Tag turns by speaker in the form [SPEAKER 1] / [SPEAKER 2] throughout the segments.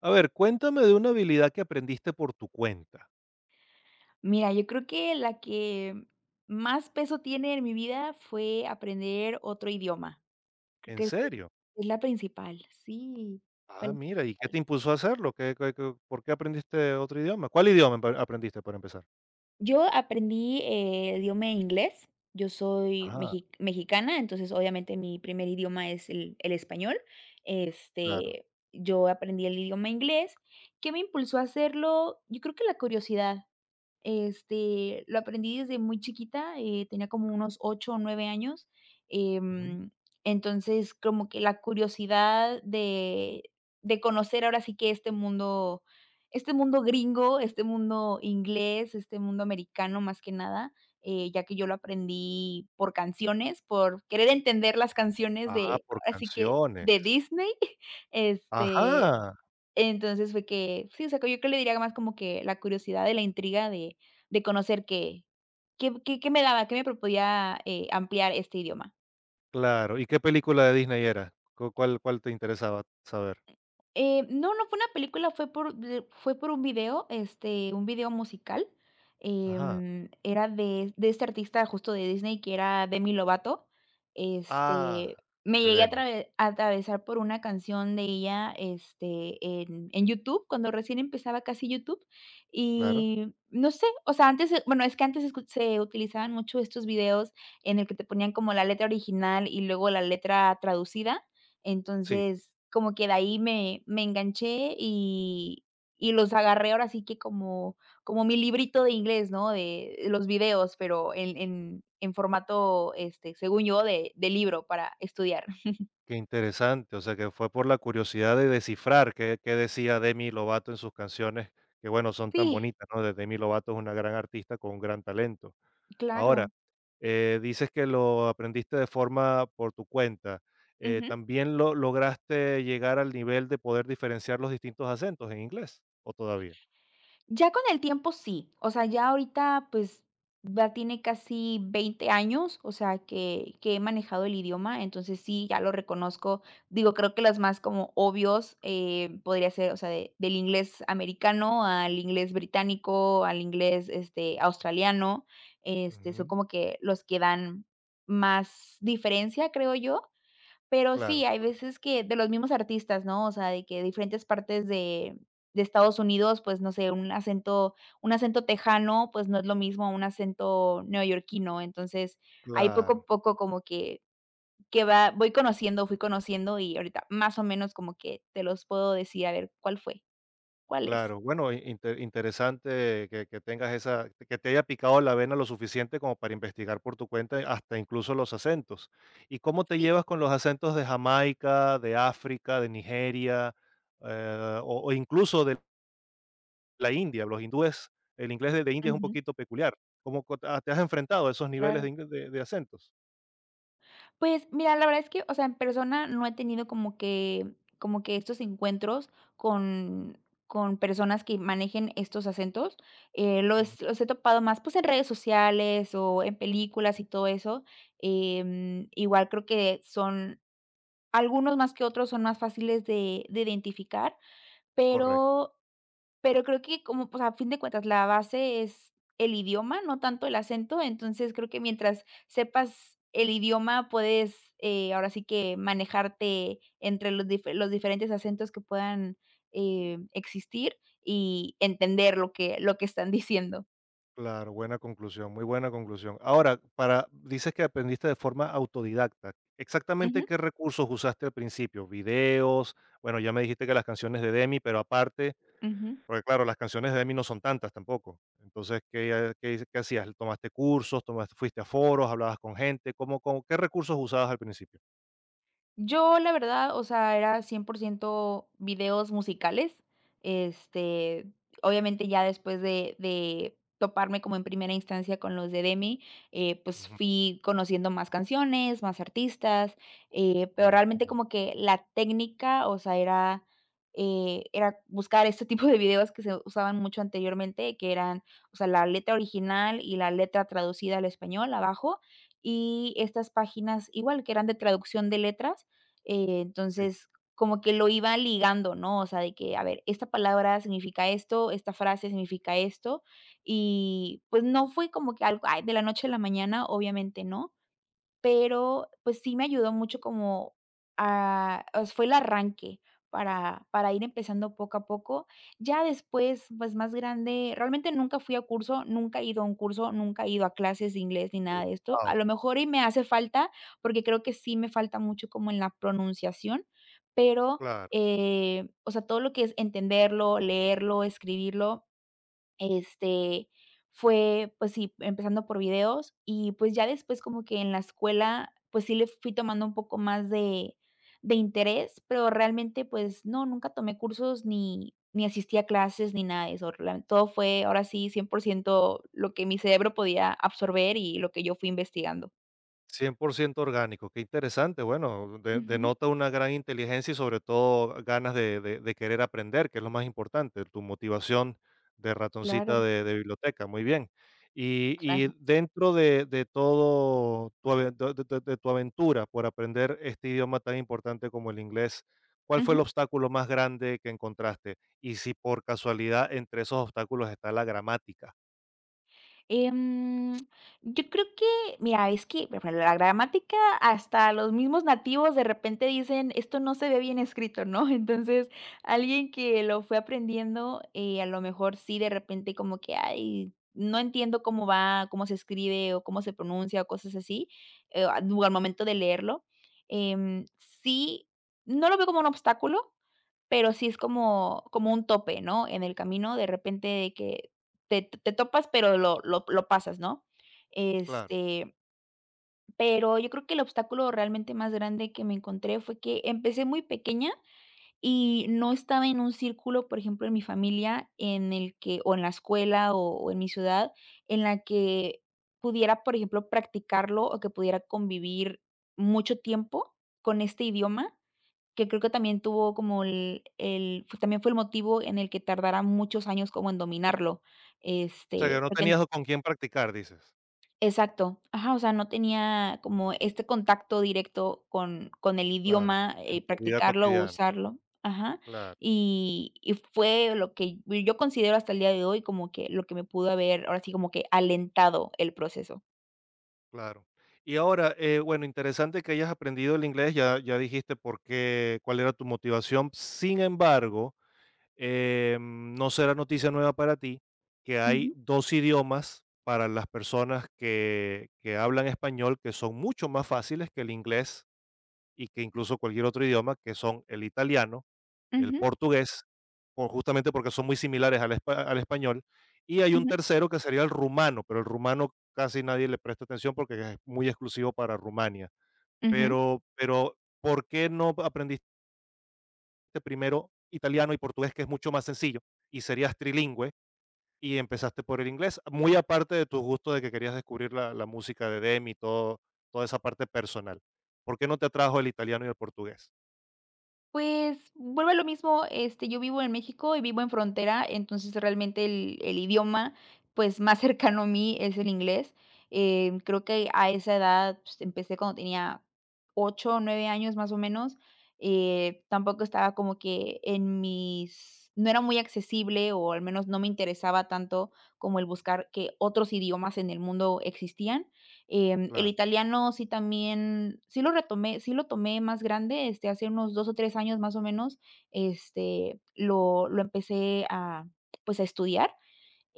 [SPEAKER 1] A ver, cuéntame de una habilidad que aprendiste por tu cuenta.
[SPEAKER 2] Mira, yo creo que la que más peso tiene en mi vida fue aprender otro idioma. Creo
[SPEAKER 1] ¿En
[SPEAKER 2] que es
[SPEAKER 1] serio?
[SPEAKER 2] es la principal, sí, fue
[SPEAKER 1] Ah,
[SPEAKER 2] la
[SPEAKER 1] mira, ¿y qué te
[SPEAKER 2] principal.
[SPEAKER 1] impulsó a hacerlo? ¿Qué, por qué aprendiste otro idioma? ¿Cuál idioma aprendiste para empezar?
[SPEAKER 2] Yo aprendí, el idioma inglés. Yo soy
[SPEAKER 1] Ah,
[SPEAKER 2] mexicana, entonces, obviamente, mi primer idioma es el español.
[SPEAKER 1] claro.
[SPEAKER 2] Este, yo aprendí el idioma inglés. ¿Qué me impulsó a hacerlo? Yo creo que la curiosidad. Lo aprendí desde muy chiquita, tenía como unos 8 o 9 años.
[SPEAKER 1] Ujú.
[SPEAKER 2] Em, entonces, como que la curiosidad de conocer ahora sí que este mundo gringo, este mundo inglés, este mundo americano, más que nada, ya que yo lo aprendí por canciones, por querer entender las canciones
[SPEAKER 1] Ah,
[SPEAKER 2] de
[SPEAKER 1] por
[SPEAKER 2] así que
[SPEAKER 1] canciones.
[SPEAKER 2] de Disney. este
[SPEAKER 1] Ajá,
[SPEAKER 2] entonces fue que sí, o sea, yo creo que le diría más como que la curiosidad y la intriga de conocer qué me daba, qué me podía, ampliar este idioma.
[SPEAKER 1] claro. ¿Y qué película de Disney era? ¿Cuál, cuál te interesaba saber?
[SPEAKER 2] No, no fue una película, fue por de fue por un video, un video musical.
[SPEAKER 1] Ajá.
[SPEAKER 2] Era de este artista justo de Disney que era Demi Lovato.
[SPEAKER 1] Ah,
[SPEAKER 2] Este, me
[SPEAKER 1] de
[SPEAKER 2] llegué
[SPEAKER 1] Demi,
[SPEAKER 2] a atravesar por una canción de ella, en YouTube, cuando recién empezaba casi YouTube.
[SPEAKER 1] claro.
[SPEAKER 2] Y no sé, o sea, antes, bueno, es que antes escu se utilizaban mucho estos videos en el que te ponían como la letra original y luego la letra traducida.
[SPEAKER 1] Sí.
[SPEAKER 2] Entonces, como que de ahí me enganché y los agarré ahora sí que como mi librito de inglés, ¿no? De los videos, pero en formato, según yo, de libro para estudiar.
[SPEAKER 1] Qué interesante, o sea, que fue por la curiosidad de descifrar qué, qué decía Demi Lovato en sus canciones, que bueno, son tan
[SPEAKER 2] Sí,
[SPEAKER 1] bonitas, ¿no? De Demi Lovato es una gran artista con un gran talento. Ahora,
[SPEAKER 2] claro.
[SPEAKER 1] dices que lo aprendiste de forma por tu cuenta. ¿
[SPEAKER 2] Ujú.
[SPEAKER 1] ¿también lograste llegar al nivel de poder diferenciar los distintos acentos en inglés? ¿O todavía?
[SPEAKER 2] Ya con el tiempo sí, o sea, ya ahorita, pues, ya tiene casi 20 años, o sea, que he manejado el idioma. Entonces sí, ya lo reconozco. Digo, creo que los más como obvios, podría ser, o sea, de del inglés americano al inglés británico, al inglés, australiano. Son
[SPEAKER 1] Ujú.
[SPEAKER 2] como que los que dan más diferencia, creo yo. Pero
[SPEAKER 1] Claro,
[SPEAKER 2] sí, hay veces que de los mismos artistas, ¿no? O sea, de que diferentes partes de Estados Unidos, pues, no sé, un acento tejano, pues, no es lo mismo a un acento neoyorquino. Entonces, ahí poco a
[SPEAKER 1] claro.
[SPEAKER 2] poco como que va voy conociendo, fui conociendo y ahorita más o menos como que te los puedo decir. A ver, ¿cuál fue? ¿Cuál es?
[SPEAKER 1] Claro, bueno, interesante que tengas esa, que te haya picado la vena lo suficiente como para investigar por tu cuenta, hasta incluso los acentos. ¿Y cómo te
[SPEAKER 2] Sí.
[SPEAKER 1] llevas con los acentos de Jamaica, de África, de Nigeria, o incluso de la India? Los hindúes, el inglés de India es un
[SPEAKER 2] Ujú.
[SPEAKER 1] poquito peculiar. ¿ Te has enfrentado a esos niveles
[SPEAKER 2] Claro.
[SPEAKER 1] de, de acentos?
[SPEAKER 2] Pues mira, la verdad es que, o sea, en persona no he tenido como que estos encuentros con con personas que manejen estos acentos,
[SPEAKER 1] Ujú.
[SPEAKER 2] los he topado más, pues, en redes sociales o en películas y todo eso. Igual creo que son algunos más que otros son más fáciles de identificar,
[SPEAKER 1] Correcto.
[SPEAKER 2] pero creo que como, pues, a fin de cuentas, la base es el idioma, no tanto el acento. Entonces, creo que mientras sepas el idioma, puedes, ahora sí que manejarte entre los diferentes acentos que puedan, existir y entender lo que están diciendo.
[SPEAKER 1] Claro, buena conclusión, muy buena conclusión. Ahora, para dices que aprendiste de forma autodidacta. Exactamente
[SPEAKER 2] Ujú,
[SPEAKER 1] qué recursos usaste al principio, videos, bueno, ya me dijiste que las canciones de Demi, pero aparte,
[SPEAKER 2] ujú.
[SPEAKER 1] porque claro, las canciones de Demi no son tantas tampoco. Entonces, ¿qué, qué, qué hacías? ¿Tomaste cursos? Tomaste, ¿fuiste a foros, hablabas con gente? ¿Cómo, qué recursos usabas al principio?
[SPEAKER 2] Yo, la verdad, o sea, era 100% videos musicales. Este, obviamente, ya después de toparme como en primera instancia con los de Demi, pues,
[SPEAKER 1] Ujú.
[SPEAKER 2] fui conociendo más canciones, más artistas, pero
[SPEAKER 1] Oh,
[SPEAKER 2] realmente como que la técnica, o sea, era buscar este tipo de videos que se usaban mucho anteriormente, que eran, o sea, la letra original y la letra traducida al español abajo, y estas páginas igual, que eran de traducción de letras,
[SPEAKER 1] sí.
[SPEAKER 2] entonces, como que lo iba ligando, ¿no? O sea, de que, a ver, esta palabra significa esto, esta frase significa esto. Y pues no fue como que algo, ay, de la noche a la mañana, obviamente no, pero, pues, sí me ayudó mucho como a os fue el arranque para ir empezando poco a poco. Ya después, pues, más grande, realmente nunca fui a curso, nunca he ido a un curso, nunca he ido a clases de inglés ni nada de esto. A
[SPEAKER 1] Wao,
[SPEAKER 2] lo mejor y me hace falta, porque creo que sí me falta mucho como en la pronunciación, pero,
[SPEAKER 1] claro.
[SPEAKER 2] o sea, todo lo que es entenderlo, leerlo, escribirlo, este, fue, pues sí, empezando por videos y, pues, ya después como que en la escuela, pues sí le fui tomando un poco más de interés, pero realmente, pues no, nunca tomé cursos ni asistí a clases ni nada de eso. Real Todo fue ahora sí 100% lo que mi cerebro podía absorber y lo que yo fui investigando.
[SPEAKER 1] Cien por ciento orgánico, qué interesante. Bueno,
[SPEAKER 2] Ujú,
[SPEAKER 1] denota una gran inteligencia y sobre todo ganas de, de querer aprender, que es lo más importante, tu motivación de ratoncita
[SPEAKER 2] claro,
[SPEAKER 1] de biblioteca. Muy bien.
[SPEAKER 2] claro.
[SPEAKER 1] Y dentro de todo tu, de, de tu aventura por aprender este idioma tan importante como el inglés, ¿cuál fue el obstáculo más grande que encontraste? Y si por casualidad entre esos obstáculos está la gramática.
[SPEAKER 2] Em, yo creo que, mira, es que, por ejemplo, la gramática, hasta los mismos nativos de repente dicen, esto no se ve bien escrito, ¿no? Entonces, alguien que lo fue aprendiendo, a lo mejor sí, de repente como que, ay, no entiendo cómo va, cómo se escribe o cómo se pronuncia o cosas así, al momento de leerlo. Sí, no lo veo como un obstáculo, pero sí es como un tope, ¿no? En el camino, de repente, de que te topas, pero lo pasas, ¿no?
[SPEAKER 1] Claro.
[SPEAKER 2] Este, pero yo creo que el obstáculo realmente más grande que me encontré fue que empecé muy pequeña y no estaba en un círculo, por ejemplo, en mi familia, en el que o en la escuela, o en mi ciudad, en la que pudiera, por ejemplo, practicarlo o que pudiera convivir mucho tiempo con este idioma, que creo que también tuvo como también fue el motivo en el que tardara muchos años como en dominarlo,
[SPEAKER 1] O sea, que no
[SPEAKER 2] porque.
[SPEAKER 1] tenías con quién practicar, dices.
[SPEAKER 2] Exacto. Ajá, o sea, no tenía como este contacto directo con el
[SPEAKER 1] Claro,
[SPEAKER 2] idioma,
[SPEAKER 1] en tu vida
[SPEAKER 2] practicarlo,
[SPEAKER 1] cotidiana,
[SPEAKER 2] usarlo. Ajá.
[SPEAKER 1] claro,
[SPEAKER 2] Y fue lo que yo considero hasta el día de hoy como que lo que me pudo haber, ahora sí, como que alentado el proceso.
[SPEAKER 1] claro. Y ahora, bueno, interesante que hayas aprendido el inglés, ya, ya dijiste por qué, cuál era tu motivación. Sin embargo, no será noticia nueva para ti que hay
[SPEAKER 2] Ujú,
[SPEAKER 1] dos idiomas para las personas que hablan español que son mucho más fáciles que el inglés y que incluso cualquier otro idioma, que son el italiano, el
[SPEAKER 2] ujú,
[SPEAKER 1] portugués, justamente porque son muy similares al, al español, y hay un
[SPEAKER 2] ujú,
[SPEAKER 1] tercero que sería el rumano, pero el rumano casi nadie le presta atención porque es muy exclusivo para Rumania.
[SPEAKER 2] ujú.
[SPEAKER 1] Pero, ¿por qué no aprendiste primero italiano y portugués, que es mucho más sencillo, y serías trilingüe, y empezaste por el inglés? Muy aparte de tu gusto de que querías descubrir la, la música de Demi y todo, toda esa parte personal. ¿Por qué no te atrajo el italiano y el portugués?
[SPEAKER 2] Pues, vuelve a lo mismo, yo vivo en México y vivo en frontera. Entonces realmente el idioma, pues, más cercano a mí es el inglés. Creo que a esa edad, pues, empecé cuando tenía 8 o 9 años, más o menos, tampoco estaba como que en mis no era muy accesible, o al menos no me interesaba tanto como el buscar que otros idiomas en el mundo existían. El
[SPEAKER 1] Claro.
[SPEAKER 2] italiano sí también, sí lo retomé, sí lo tomé más grande, hace unos 2 o 3 años más o menos, lo empecé a, pues, a estudiar.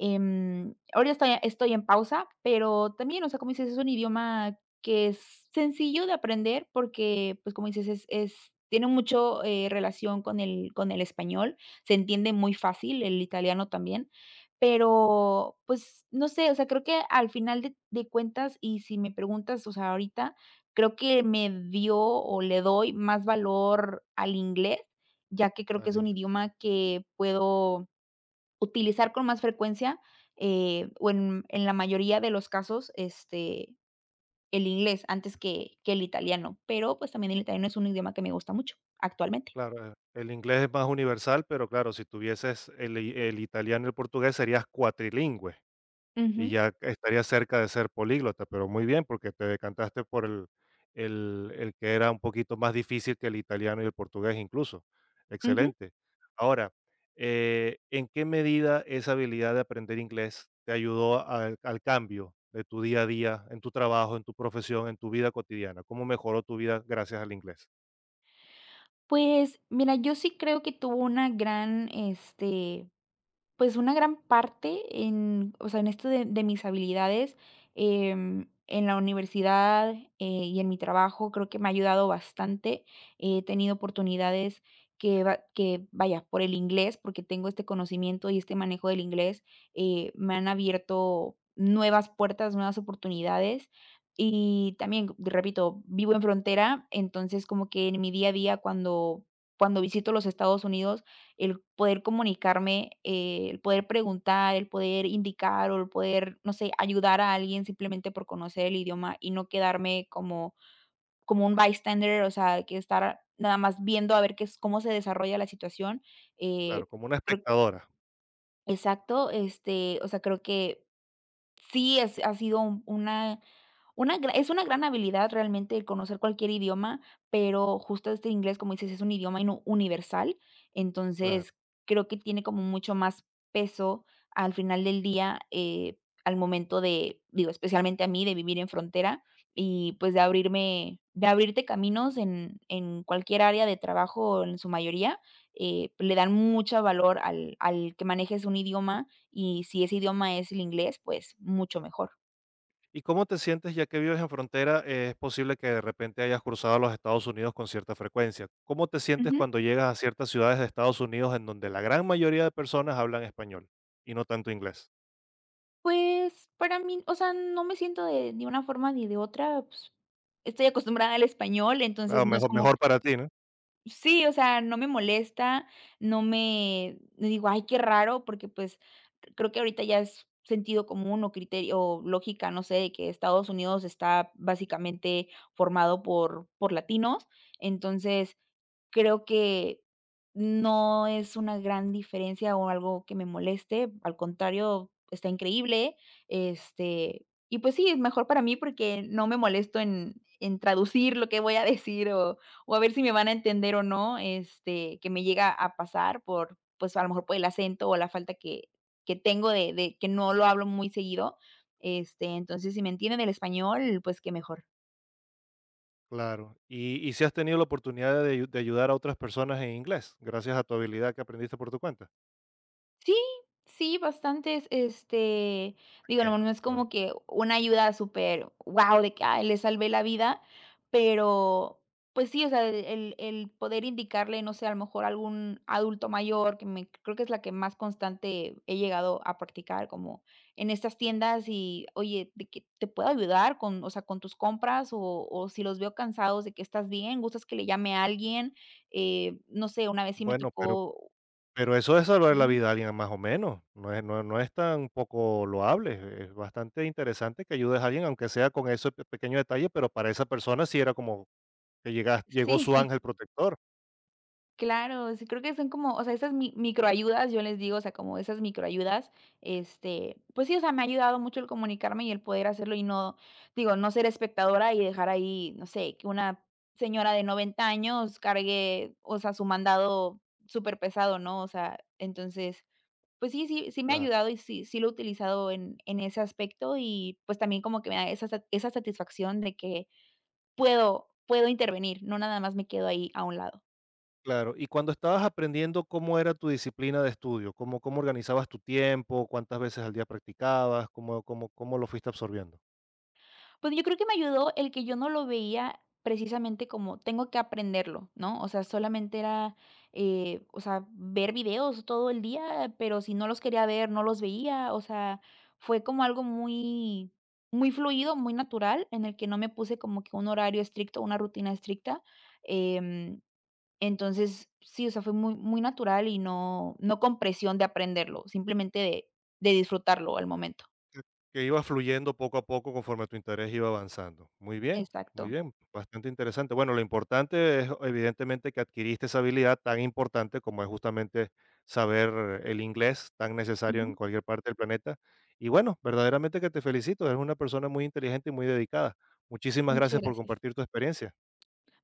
[SPEAKER 2] Ahora estoy en pausa, pero también, o sea, como dices, es un idioma que es sencillo de aprender porque, pues, como dices, es tiene mucho, relación con el español, se entiende muy fácil, el italiano también. Pero, pues, no sé, o sea, creo que al final de cuentas, y si me preguntas, o sea, ahorita, creo que me dio o le doy más valor al inglés, ya que creo que es
[SPEAKER 1] Al
[SPEAKER 2] un
[SPEAKER 1] ingle
[SPEAKER 2] idioma que puedo utilizar con más frecuencia, o en la mayoría de los casos, el inglés antes que el italiano, pero, pues, también el italiano es un idioma que me gusta mucho actualmente.
[SPEAKER 1] Claro, el inglés es más universal, pero claro, si tuvieses el i el italiano y el portugués serías cuatrilingüe y
[SPEAKER 2] Ujú,
[SPEAKER 1] ya estarías cerca de ser políglota, pero muy bien, porque te decantaste por el que era un poquito más difícil que el italiano y el portugués incluso.
[SPEAKER 2] ujú.
[SPEAKER 1] Excelente. Ahora, ¿en qué medida esa habilidad de aprender inglés te ayudó al cambio de tu día a día, en tu trabajo, en tu profesión, en tu vida cotidiana? ¿Cómo mejoró tu vida gracias al inglés?
[SPEAKER 2] Pues, mira, yo sí creo que tuvo una gran, pues, una gran parte en, o sea, en esto de mis habilidades, en la universidad, y en mi trabajo, creo que me ha ayudado bastante. He tenido oportunidades vaya, por el inglés, porque tengo este conocimiento y este manejo del inglés, me han abierto nuevas puertas, nuevas oportunidades. Y también, repito, vivo en frontera, entonces como que en mi día a día cuando visito los Estados Unidos, el poder comunicarme, el poder preguntar, el poder indicar o el poder, no sé, ayudar a alguien simplemente por conocer el idioma y no quedarme como un bystander, o sea, que estar nada más viendo a ver qué es cómo se desarrolla la situación, eh,
[SPEAKER 1] Claro, como una
[SPEAKER 2] creo.
[SPEAKER 1] espectadora.
[SPEAKER 2] Exacto, o sea, creo que sí es ha sido un una gra es una gran habilidad realmente el conocer cualquier idioma, pero justo este inglés, como dices, es un idioma inu universal.
[SPEAKER 1] Claro.
[SPEAKER 2] Entonces creo que tiene como mucho más peso al final del día, al momento de, digo, especialmente a mí, de vivir en frontera y, pues, de abrirte caminos en cualquier área de trabajo, en su mayoría, le dan mucho valor al que manejes un idioma y si ese idioma es el inglés, pues, mucho mejor.
[SPEAKER 1] ¿Y cómo te sientes ya que vives en frontera? Es posible que de repente hayas cruzado a los Estados Unidos con cierta frecuencia. ¿Cómo te sientes cuando llegas a ciertas ciudades de Estados Unidos en donde la gran mayoría de personas hablan español y no tanto inglés?
[SPEAKER 2] Pues, para mí, o sea, no me siento de ni una forma ni de otra, pues, estoy acostumbrada al español, entonces
[SPEAKER 1] Claro,
[SPEAKER 2] no es
[SPEAKER 1] mejor,
[SPEAKER 2] como.
[SPEAKER 1] mejor para ti, ¿no?
[SPEAKER 2] Sí, o sea, no me molesta, no digo: "Ay, qué raro", porque, pues, creo que ahorita ya es sentido común o criterio o lógica, no sé, de que Estados Unidos está básicamente formado por latinos. Entonces, creo que no es una gran diferencia o algo que me moleste, al contrario, está increíble, y pues sí, es mejor para mí porque no me molesto en traducir lo que voy a decir o a ver si me van a entender o no, que me llega a pasar por, pues, a lo mejor por el acento o la falta que tengo de que no lo hablo muy seguido, entonces, si me entienden el español, pues, qué mejor.
[SPEAKER 1] Claro. Y, y si has tenido la oportunidad de, de ayudar a otras personas en inglés, ¿gracias a tu habilidad que aprendiste por tu cuenta?
[SPEAKER 2] Sí, sí, bastantes,
[SPEAKER 1] ¿A
[SPEAKER 2] digo, no,
[SPEAKER 1] quién?
[SPEAKER 2] no es
[SPEAKER 1] A ver.
[SPEAKER 2] como que una ayuda súper guau, de que, ay, le salvé la vida, pero, pues sí, o sea, el poder indicarle, no sé, a lo mejor algún adulto mayor, que me creo que es la que más constante he llegado a practicar, como en estas tiendas y, oye, de que te puedo ayudar con, o sea, con tus compras o si los veo cansados de que estás bien, gustas que le llame a alguien, no sé, una vez sí me
[SPEAKER 1] Bueno, pero
[SPEAKER 2] tocó.
[SPEAKER 1] Pero eso es salvar la
[SPEAKER 2] Ajá,
[SPEAKER 1] vida a alguien más o menos, no es, no, no es tan poco loable, es bastante interesante que ayudes a alguien, aunque sea con ese pequeño detalle, pero para esa persona sí era como que llegas, llegó
[SPEAKER 2] sí.
[SPEAKER 1] su ángel protector,
[SPEAKER 2] Claro, sí, creo que son como, o sea, esas mi microayudas, yo les digo, o sea, como esas microayudas, pues sí, o sea, me ha ayudado mucho el comunicarme y el poder hacerlo y no, digo, no ser espectadora y dejar ahí, no sé, que una señora de 90 años cargue, o sea, su mandado súper pesado, ¿no? O sea, entonces, pues sí, sí, sí me ha
[SPEAKER 1] claro,
[SPEAKER 2] ayudado y sí, sí lo he utilizado en ese aspecto y pues también como que me da esa, esa satisfacción de que puedo, puedo intervenir, no nada más me quedo ahí a un lado.
[SPEAKER 1] claro. Y cuando estabas aprendiendo, ¿cómo era tu disciplina de estudio? ¿Cómo, cómo organizabas tu tiempo? ¿Cuántas veces al día practicabas? ¿Cómo, cómo, cómo lo fuiste absorbiendo?
[SPEAKER 2] Pues yo creo que me ayudó el que yo no lo veía precisamente como tengo que aprenderlo, ¿no? O sea, solamente era, o sea, ver videos todo el día, pero si no los quería ver, no los veía, o sea, fue como algo muy, muy fluido, muy natural, en el que no me puse como que un horario estricto, una rutina estricta. em, entonces sí, o sea, fue muy, muy natural y no, no con presión de aprenderlo, simplemente de disfrutarlo al momento.
[SPEAKER 1] Que iba fluyendo poco a poco conforme tu interés iba avanzando. Muy
[SPEAKER 2] Exacto.
[SPEAKER 1] bien, bastante interesante. Bueno, lo importante es evidentemente que adquiriste esa habilidad tan importante como es justamente saber el inglés, tan necesario en
[SPEAKER 2] Ujú,
[SPEAKER 1] cualquier parte del planeta. Y bueno, verdaderamente que te felicito, eres una persona muy inteligente y muy dedicada. Muchísimas
[SPEAKER 2] muchas
[SPEAKER 1] gracias por
[SPEAKER 2] gracias.
[SPEAKER 1] compartir tu experiencia.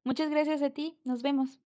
[SPEAKER 2] Muchas gracias a ti, nos vemos.